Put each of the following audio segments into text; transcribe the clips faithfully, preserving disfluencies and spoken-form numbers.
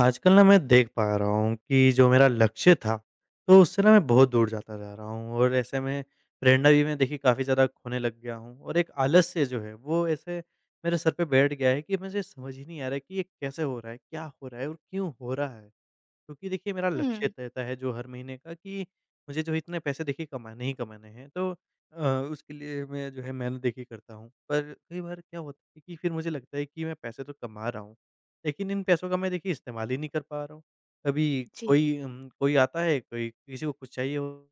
आजकल ना मैं देख पा रहा हूँ कि जो मेरा लक्ष्य था, तो उससे ना मैं बहुत दूर जाता जा रहा हूँ। और ऐसे में प्रेरणा भी मैं देखिए काफ़ी ज़्यादा खोने लग गया हूँ, और एक आलस से जो है वो ऐसे मेरे सर पे बैठ गया है कि मुझे समझ ही नहीं आ रहा है कि ये कैसे हो रहा है, क्या हो रहा है और क्यों हो रहा है? क्योंकि देखिए मेरा लक्ष्य हुँ, तय तय है जो हर महीने का, कि मुझे जो इतने पैसे देखिए कमाने ही कमाने हैं, तो अ, उसके लिए मैं जो है मेहनत देखिए करता हूँ। पर कई बार क्या होता है कि फिर मुझे लगता है कि मैं पैसे तो कमा रहा हूँ, लेकिन इन पैसों का मैं देखिए इस्तेमाल ही नहीं कर पा रहा हूँ। कभी जी। कोई उम, कोई आता है, कोई किसी को कुछ चाहिए हो,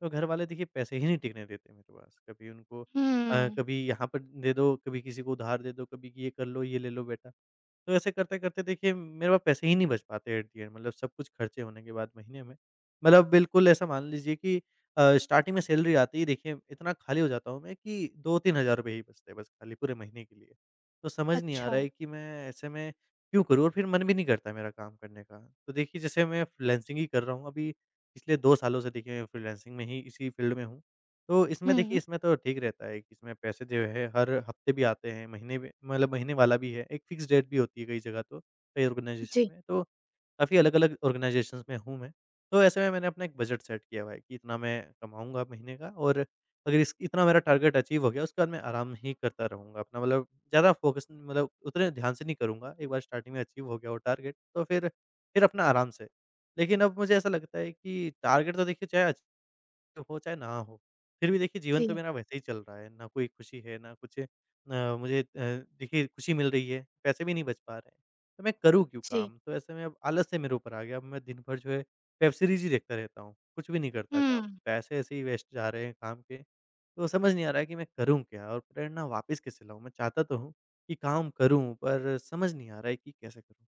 तो घरवाले देखिए पैसे ही नहीं टिकने देते मेरे पास। कभी उनको अ, हुँ, कभी यहाँ पर दे दो, कभी किसी को उधार दे दो, कभी ये कर लो, ये ले लो बेटा। तो ऐसे करते-करते देखिए मेरे पास पैसे ही नहीं बच पाते एट दी एंड, मतलब सब कुछ खर्चे होने के बाद महीने में। मतलब बिल्कुल ऐसा मान लीजिए कि अ, स्टार्टिंग में सैलरी आते ही देखिए इतना खाली हो जाता हूँ मैं कि दो तीन हज़ार रुपए ही बचते हैं बस खाली पूरे महीने के लिए। तो समझ नहीं आ अच्छा। रहा है कि मैं ऐसे में क्यों करूँ, और फिर मन भी नहीं करता मेरा काम करने का। तो देखिए जैसे मैं फ्रीलांसिंग ही कर रहा हूँ अभी, पिछले दो सालों से देखिए मैं फ्रीलांसिंग में ही इसी फील्ड में हूँ। तो इसमें देखिए हुँ, इसमें तो ठीक रहता है कि इसमें पैसे जो है हर हफ्ते भी आते हैं, महीने भी, मतलब महीने वाला भी है, एक फ़िक्स डेट भी होती है कई जगह तो, कई जी, ऑर्गनाइज़ेशन में। तो काफ़ी अलग-अलग ऑर्गनाइज़ेशंस में हूँ मैं, तो ऐसे में मैंने अपना एक बजट सेट किया हुआ है कि इतना मैं कमाऊँगा महीने का, और अगर इस इतना मेरा टारगेट अचीव हो गया उसके बाद मैं आराम ही करता रहूँगा अपना, मतलब ज़्यादा फ़ोकस, मतलब उतने ध्यान से नहीं करूँगा। एक बार स्टार्टिंग में अचीव हो गया वो टारगेट, तो फिर फिर अपना आराम से। लेकिन अब मुझे ऐसा लगता है कि टारगेट तो देखिए चाहे तो हो चाहे ना हो। फिर भी देखिए जीवन तो जी, मेरा वैसे ही चल रहा है, ना कोई खुशी है, ना कुछ अ, मुझे अ, देखिए खुशी मिल रही है, पैसे भी नहीं बच पा रहे हैं। तो मैं करूँ क्यों जी। काम? तो ऐसे में अब आलस से मेरे ऊपर आ गया, अब मैं दिन भर जो है वेब सीरीज़ ही देखता रहता हूँ, कुछ भी नहीं करता काम। हुँ। पैसे ऐसे ही वेस्ट जा रहे हैं काम के, तो समझ नहीं आ रहा है कि मैं करूँ क्या और प्रेरणा वापस कैसे लाऊँ? मैं चाहता तो हूँ कि काम करूँ, पर समझ नहीं आ रहा है कि कैसे करूँ?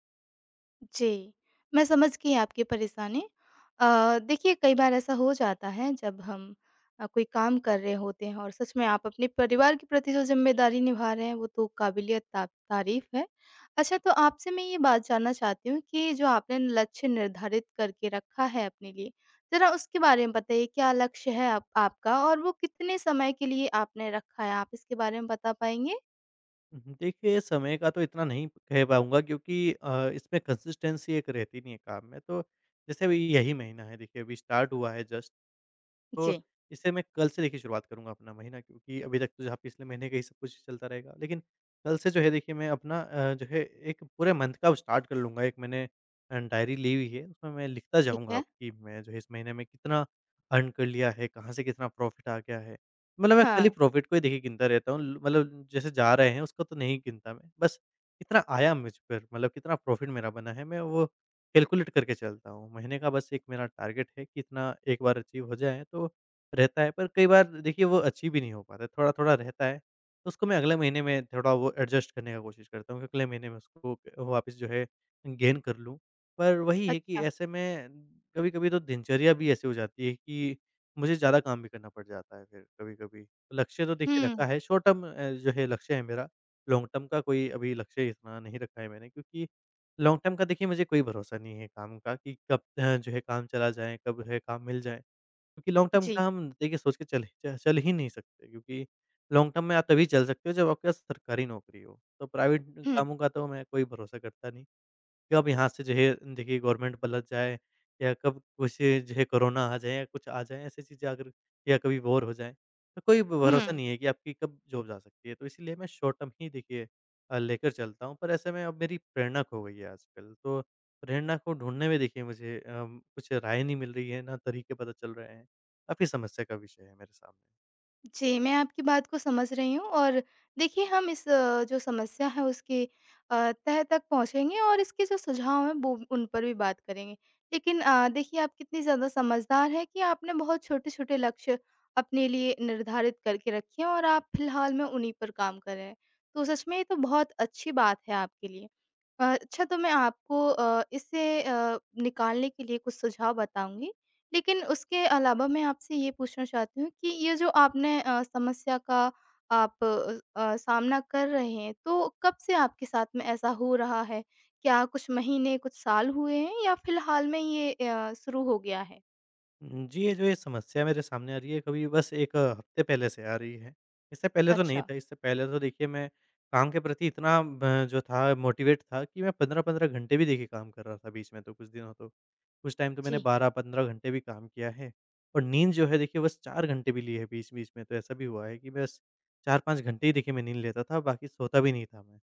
जी, मैं समझ गई आपकी परेशानी। अ, देखिए कई बार ऐसा हो जाता है जब हम अ, कोई काम कर रहे होते हैं और सच में आप अपने परिवार के प्रति जो ज़िम्मेदारी निभा रहे हैं वो तो काबिलियत ता तारीफ़ है। अच्छा तो आपसे मैं ये बात जानना चाहती हूँ कि जो आपने लक्ष्य निर्धारित करके रखा है अपने लिए, ज़रा उसके बारे में बताइए क्या लक्ष्य है आप आपका और वो कितने समय के लिए आपने रखा है? आप इसके बारे में बता पाएँगे? हुँ, हुँ। देखिए, समय का तो इतना नहीं कह पाऊँगा क्योंकि अ, इसमें कंसिस्टेंसी एक रहती नहीं है काम में। तो जैसे अभी यही महीना है देखिए, अभी स्टार्ट हुआ है जस्ट, तो जी। इससे मैं कल से देखिए शुरुआत करूँगा अपना महीना, क्योंकि अभी तक तो जहाँ पिछले महीने का ही सब कुछ चलता रहेगा। लेकिन कल से जो है देखिए मैं अपना अ, जो है एक पूरे मंथ का स्टार्ट कर लूँगा। एक मैंने अ, डायरी ली हुई है, उसमें मैं लिखता ठीक जाऊँगा है। कि मैं जो है इस महीने में कितना अर्न कर लिया है, कहाँ से कितना प्रॉफ़िट आ गया है। मतलब मैं खाली हाँ, प्रॉफ़िट को ही देखिए गिनता रहता हूँ ल मतलब जैसे जा रहे हैं उसको तो नहीं गिनता मैं। बस कितना आया मुझ पर, मतलब कितना प्रॉफ़िट मेरा बना है, मैं वो कैलकुलेट करके चलता हूँ। महीने का बस एक मेरा टारगेट है कि इतना एक बार अचीव हो जाए तो रहता है, पर कई बार देखिए वो अचीव ही नहीं हो पाता है, थोड़ा-थोड़ा रहता है। तो उसको मैं अगले महीने में थोड़ा वो एडजस्ट करने का कोशिश करता हूँ कि अगले महीने में उसको वापस जो है गेन कर लूँ। पर वही है कि अच्छा। ऐसे में कभी-कभी तो दिनचर्या भी ऐसी हो जाती है कि मुझे ज़्यादा काम भी करना पड़ जाता है फिर कभी-कभी। लक्ष्य तो देखिए रखा हुँ, है, शॉर्ट टर्म अ, जो है लक्ष्य है मेरा, लॉन्ग टर्म का कोई अभी लक्ष्य इतना नहीं रखा है मैंने, क्योंकि लॉन्ग टर्म का देखिए मुझे कोई भरोसा नहीं है काम का कि कब अ, जो है काम चला जाए, कब जो है काम मिल जाए। क्योंकि लॉन्ग टर्म जी। का हम देखिए सोच के चल च चल ही नहीं सकते, क्योंकि लॉन्ग टर्म में आप तभी चल सकते हो जब आपके पास सरकारी नौकरी हो। तो प्राइवेट हुँ, कामों का तो मैं कोई भरोसा करता नहीं। कब यहाँ से जो है देखिए गवर्नमेंट पलट जाए, या कब कुछ जो है कोरोना आ जाए या कुछ आ जाए ऐसी चीज़ें अगर, या कभी वॉर हो जाए, तो कोई भरोसा हुँ। नहीं है कि आपकी कब जॉब जा सकती है। तो इसीलिए मैं शॉर्ट टर्म ही देखिए अ, लेकर चलता हूँ। पर ऐसे में अब मेरी प्रेरणा खो गई है आजकल। तो प्रेरणा को ढूँढने में देखिए मुझे अम, कुछ राय नहीं मिल रही है, ना तरीके पता चल रहे हैं। काफ़ी समस्या का विषय है मेरे सामने। जी, मैं आपकी बात को समझ रही हूँ और देखिए हम इस अ, जो समस्या है उसके अ, तह तक पहुँचेंगे और इसके जो सुझाव हैं वो उन पर भी बात करेंगे। लेकिन अ, देखिए आप कितनी ज़्यादा समझदार हैं कि आपने बहुत छोटे-छोटे लक्ष्य अपने लिए निर्धारित करके रखे हैं और आप फ़िलहाल में उन्हीं पर काम कर रहे हैं। तो सच में ये तो बहुत अच्छी बात है आपके लिए। अ, अच्छा तो मैं आपको अ, इससे अ, निकालने के लिए कुछ सुझाव बताऊँगी। लेकिन उसके अलावा मैं आपसे ये पूछना चाहती हूँ कि ये जो आपने अ, समस्या का आप अ, सामना कर रहे हैं, तो कब से आपके साथ में ऐसा हो रहा है? क्या कुछ महीने, कुछ साल हुए हैं या फिलहाल में ये अ, शुरू हो गया है? उम, जी, ये जो ये समस्या मेरे सामने आ रही है, कभी बस एक हफ्ते पहले से आ रही है। इससे पहले तो नहीं अच्छा, था, इससे पहले तो देखिए मैं काम के प्रति इतना ब जो था मोटिवेट था कि मैं पंद्रह पंद्रह घंटे भी देखिए काम कर रहा था बीच में तो कुछ दिनों तो। कुछ टाइम तो मैंने जी। बारह पंद्रह घंटे भी काम किया है और नींद जो है देखिए बस चार घंटे भी ली है बीच-बीच में, तो ऐसा भी हुआ है कि बस चार पाँच घंटे ही देखिए मैं नींद लेता था, बाकी सोता भी नहीं था मैं।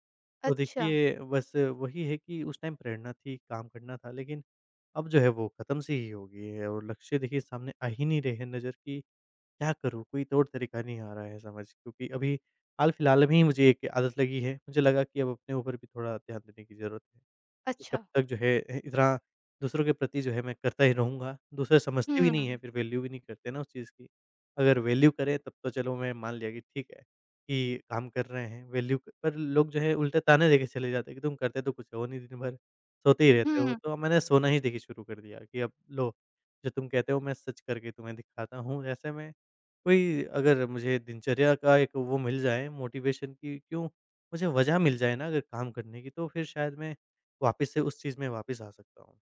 तो अच्छा, देखिए बस वही है कि उस टाइम प्रेरणा थी, काम करना था, लेकिन अब जो है वो ख़त्म सी ही हो गई है और लक्ष्य देखिए सामने आ ही नहीं रहे हैं नज़र कि क्या करूँ? कोई तौर-तरीका नहीं आ रहा है समझ, क्योंकि अभी हाल-फिलहाल में ही मुझे एक आदत लगी है। मुझे लगा कि अब अपने ऊपर भी थोड़ा ध्यान देने की ज़रूरत है। कि कब अच्छा। तक जो है अ, इतना दूसरों के प्रति जो है मैं करता ही रहूँगा। दूसरे समझते भी नहीं हैं, हुँ, फिर वैल्यू भी नहीं करते ना उस चीज़ की। अगर वैल्यू करें तब तो चलो मैं मान लिया कि ठीक है कि काम कर रहे हैं वैल्यू, क पर लोग जो है उल्टे ताने देके चले जाते हैं कि तुम करते तो कुछ हो नहीं दिन भर, सोते ही रहते हो। हुँ। तो मैंने सोना ही देखिए शुरू कर दिया कि अब लो, जो तुम कहते हो मैं सच करके तुम्हें दिखाता हूँ। ऐसे में कोई अगर मुझे दिनचर्या का एक वो मिल जाए मोटिवेशन की, क्यों मुझे वजह मिल जाए ना अगर काम करने की, तो फिर शायद मैं वापस से उस चीज़ में वापस आ सकता हूँ।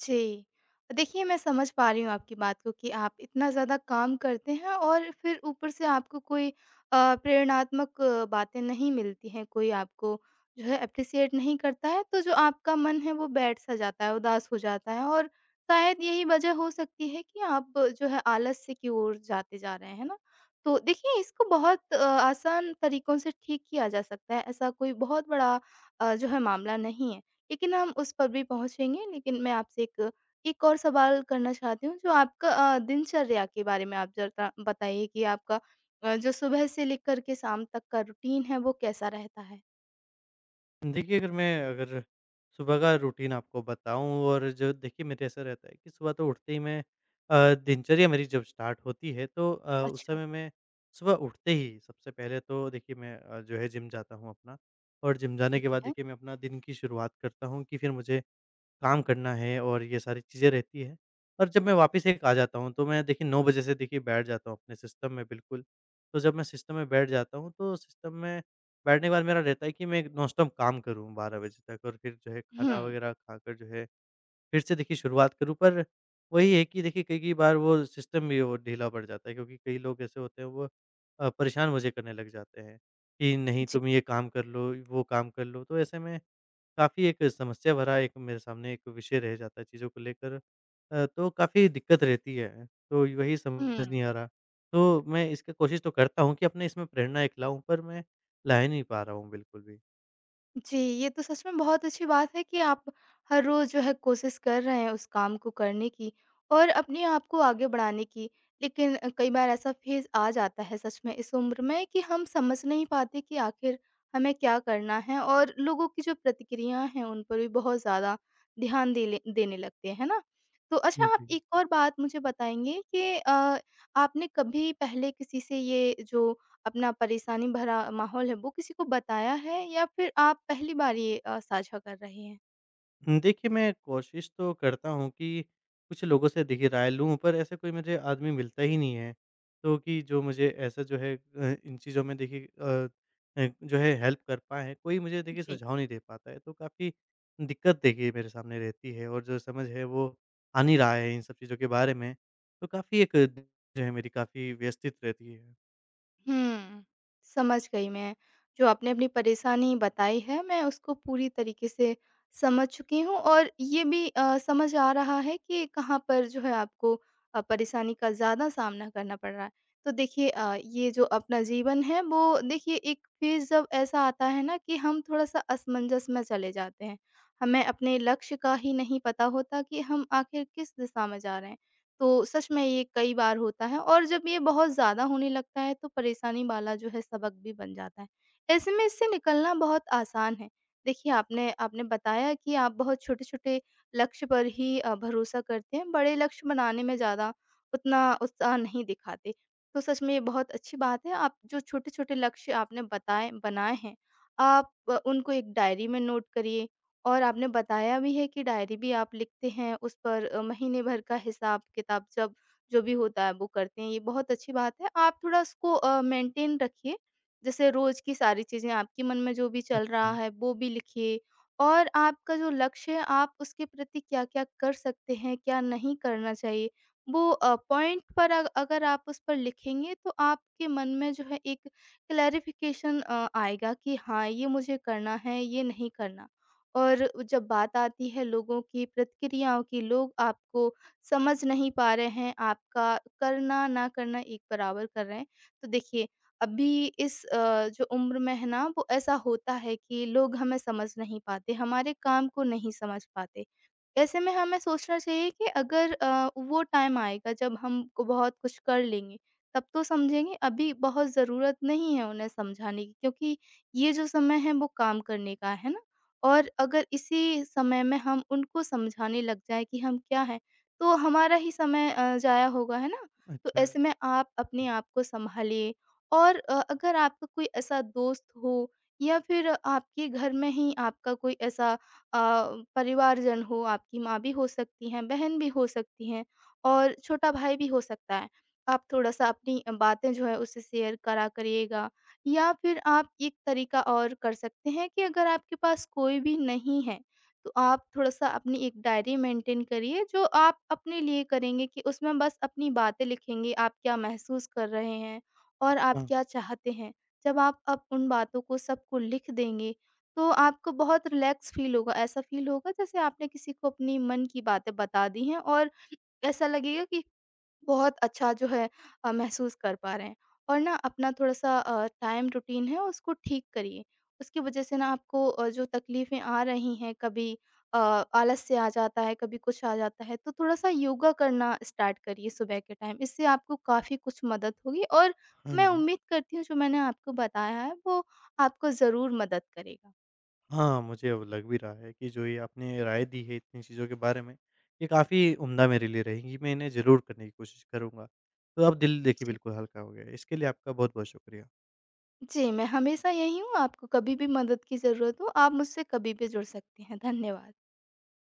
जी। देखिए, मैं समझ पा रही हूँ आपकी बात को कि आप इतना ज़्यादा काम करते हैं और फिर ऊपर से आपको कोई अ, प्रेरणात्मक अ, बातें नहीं मिलती हैं, कोई आपको जो है एप्रिशिएट नहीं करता है, तो जो आपका मन है वो बैठ-सा जाता है, उदास हो जाता है और शायद यही वजह हो सकती है कि आप जो है आलस्य की ओर जाते जा रहे हैं, है ना? तो देखिए, इसको बहुत अ, आसान तरीकों से ठीक किया जा सकता है, ऐसा कोई बहुत बड़ा अ, जो है मामला नहीं है। लेकिन हम उस पर भी पहुँचेंगे, लेकिन मैं आपसे एक एक और सवाल करना चाहती हूँ, जो आपका अ, दिनचर्या के बारे में आप ज़रा बताइए कि आपका अ, जो सुबह से लेकर के शाम तक का रूटीन है, वो कैसा रहता है? देखिए अगर मैं अगर सुबह का रूटीन आपको बताऊँ, और जो देखिए मेरे ऐसा रहता है कि सुबह तो उठते ही मैं अ, दिनचर्या मेरी जब स्टार्ट होती है तो अ, उस अच्छा, समय मैं सुबह उठते ही सबसे पहले तो देखिए मैं अ, जो है जिम जाता हूँ अपना, और जिम जाने के ठीक बाद है। देखिए मैं अपना दिन की शुरुआत करता हूँ कि फिर मुझे काम करना है और ये सारी चीज़ें रहती हैं, और जब मैं वापस एक आ जाता हूँ, तो मैं देखिए नौ बजे से देखिए बैठ जाता हूँ अपने सिस्टम में बिल्कुल। तो जब मैं सिस्टम में बैठ जाता हूँ, तो सिस्टम में बैठने के बाद मेरा रहता है कि मैं एक नॉन स्टॉप काम करूँ बारह बजे तक और फिर जो है हुँ। खाना वगैरह खाकर जो है फिर से देखिए शुरुआत करूँ। पर वही है कि देखिए कई-कई बार वो सिस्टम भी वो ढीला पड़ जाता है, क्योंकि कई लोग ऐसे होते हैं वो अ, परेशान मुझे करने लग जाते हैं कि नहीं जी। तुम ये काम कर लो, वो काम कर लो। तो ऐसे में काफ़ी एक समस्या भरा एक मेरे सामने एक विषय रह जाता है चीज़ों को लेकर अ, तो काफ़ी दिक्कत रहती है। तो वही समझ हुँ। नहीं आ रहा। तो मैं इसकी कोशिश तो करता हूँ कि अपने इसमें प्रेरणा एक लाऊँ, पर मैं ला ही नहीं पा रहा हूँ बिल्कुल भी। जी, ये तो सच में बहुत अच्छी बात है कि आप हर रोज़ जो है कोशिश कर रहे हैं उस काम को करने की और अपने आप को आगे बढ़ाने की। लेकिन अ, कई बार ऐसा फ़ेज़ आ जाता है सच में इस उम्र में कि हम समझ नहीं पाते कि आखिर हमें क्या करना है और लोगों की जो प्रतिक्रियाएँ हैं उन पर भी बहुत ज़्यादा ध्यान दे ले देने लगते हैं, है ना? तो अच्छा आप जी। एक और बात मुझे बताएँगे कि अ, आपने कभी पहले किसी से ये जो अपना परेशानी भरा माहौल है, वो किसी को बताया है या फिर आप पहली बार ये अ, साझा कर रहे हैं? हुँ, देखिए मैं कोशिश तो करता हूँ कि कुछ लोगों से देखिए राय लूँ, पर ऐसा कोई मुझे आदमी मिलता ही नहीं है। तो कि जो मुझे ऐसा जो है अ, इन चीज़ों में देखिए अ अ, जो है हेल्प कर पाएँ, कोई मुझे देखिए जी। सुझाव नहीं दे पाता है। तो काफ़ी दिक्कत देखिए मेरे सामने रहती है, और जो समझ है वो आ नहीं रहा है इन सब चीज़ों के बारे में। तो काफ़ी एक जो है मेरी काफ़ी व्यस्तित रहती है। हुँ, समझ गई मैं। जो आपने अपनी परेशानी बताई है, मैं उसको पूरी तरीके से समझ चुकी हूँ और ये भी अ, समझ आ रहा है कि कहाँ पर जो है आपको अ, परेशानी का ज़्यादा सामना करना पड़ रहा है। तो देखिए अ, ये जो अपना जीवन है वो देखिए एक फ़ेज़ जब ऐसा आता है ना कि हम थोड़ा-सा असमंजस में चले जाते हैं। हमें अपने लक्ष्य का ही नहीं पता होता कि हम आखिर किस दिशा में जा रहे हैं। तो सच में ये कई बार होता है और जब ये बहुत ज़्यादा होने लगता है तो परेशानी वाला जो है सबक भी बन जाता है। ऐसे में इससे निकलना बहुत आसान है। देखिए आपने आपने बताया कि आप बहुत छोटे-छोटे लक्ष्य पर ही अ, भरोसा करते हैं, बड़े लक्ष्य बनाने में ज़्यादा उतना उत्साह नहीं दिखाते। तो सच में ये बहुत अच्छी बात है आप जो छोटे-छोटे लक्ष्य आपने बताए बनाए हैं, आप अ, उनको एक डायरी में नोट करिए और आपने बताया भी है कि डायरी भी आप लिखते हैं, उस पर अ, महीने भर का हिसाब-किताब सब जो भी होता है वो करते हैं, ये बहुत अच्छी बात है। आप थोड़ा उसको अ, मेंटेन रखिए, जैसे रोज़ की सारी चीज़ें आपके मन में जो भी चल अच्छा, रहा है वो भी लिखिए और आपका जो लक्ष्य है आप उसके प्रति क्या-क्या कर सकते हैं, क्या नहीं करना चाहिए, वो अ, पॉइंट पर अग अगर आप उस पर लिखेंगे तो आपके मन में जो है एक क्लैरिफ़िकेशन अ, आएगा कि हाँ, ये मुझे करना है, ये नहीं करना। और जब बात आती है लोगों की प्रतिक्रियाओं की, लोग आपको समझ नहीं पा रहे हैं, आपका करना ना करना एक बराबर कर रहे हैं। तो देखिए, अभी इस अ, जो उम्र में है ना वो ऐसा होता है कि लोग हमें समझ नहीं पाते, हमारे काम को नहीं समझ पाते। ऐसे में हमें सोचना चाहिए कि अगर अ, वो टाइम आएगा जब हम को बहुत कुछ कर लेंगे, तब तो समझेंगे, अभी बहुत ज़रूरत नहीं है उन्हें समझाने की क्योंकि ये जो समय है वो काम करने का है ना। और अगर इसी समय में हम उनको समझाने लग जाएँ कि हम क्या हैं, तो हमारा ही समय अ, ज़ाया होगा, है ना? तो अच्छा। ऐसे में आप अपने आप को सँभालिए और अ, अगर आपका कोई ऐसा दोस्त हो या फिर आपके घर में ही आपका कोई ऐसा अ, परिवारजन हो, आपकी माँ भी हो सकती हैं, बहन भी हो सकती हैं और छोटा भाई भी हो सकता है। आप थोड़ा-सा अपनी अ, बातें जो है उसे शेयर करा करिएगा या फिर आप एक तरीका और कर सकते हैं कि अगर आपके पास कोई भी नहीं है, तो आप थोड़ा-सा अपनी एक डायरी मेंटेन करिए जो आप अपने लिए करेंगे कि उसमें बस अपनी बातें लिखेंगे, आप क्या महसूस कर रहे हैं और आप हाँ, क्या चाहते हैं। जब आप अब उन बातों को सबको लिख देंगे, तो आपको बहुत रिलैक्स फ़ील होगा, ऐसा फ़ील होगा जैसे आपने किसी को अपनी मन की बातें बता दी हैं और ऐसा लगेगा कि बहुत अच्छा जो है अ, महसूस कर पा रहे हैं और ना अपना थोड़ा-सा अ, टाइम रूटीन है उसको ठीक करिए। उसकी वजह से ना आपको अ, जो तकलीफ़ें आ रही हैं कभी अ, आलस्य आ जाता है, कभी कुछ आ जाता है, तो थोड़ा-सा योगा करना स्टार्ट करिए सुबह के टाइम। इससे आपको काफ़ी कुछ मदद होगी और हाँ मैं जी। उम्मीद करती हूँ जो मैंने आपको बताया है वो आपको ज़रूर मदद करेगा। हाँ, मुझे अब लग भी रहा है कि जो ये आपने राय दी है इतनी चीज़ों के बारे में, ये काफ़ी उम्दा मेरे लिए रहेंगी, मैं इन्हें ज़रूर करने की कोशिश करूँगा। तो अब दिल देखिए जी। बिल्कुल हल्का हो गया है, इसके लिए आपका बहुत-बहुत शुक्रिया। जी, मैं हमेशा यहीं हूँ, आपको कभी भी मदद की ज़रूरत हो आप मुझसे कभी भी जुड़ सकती हैं। धन्यवाद।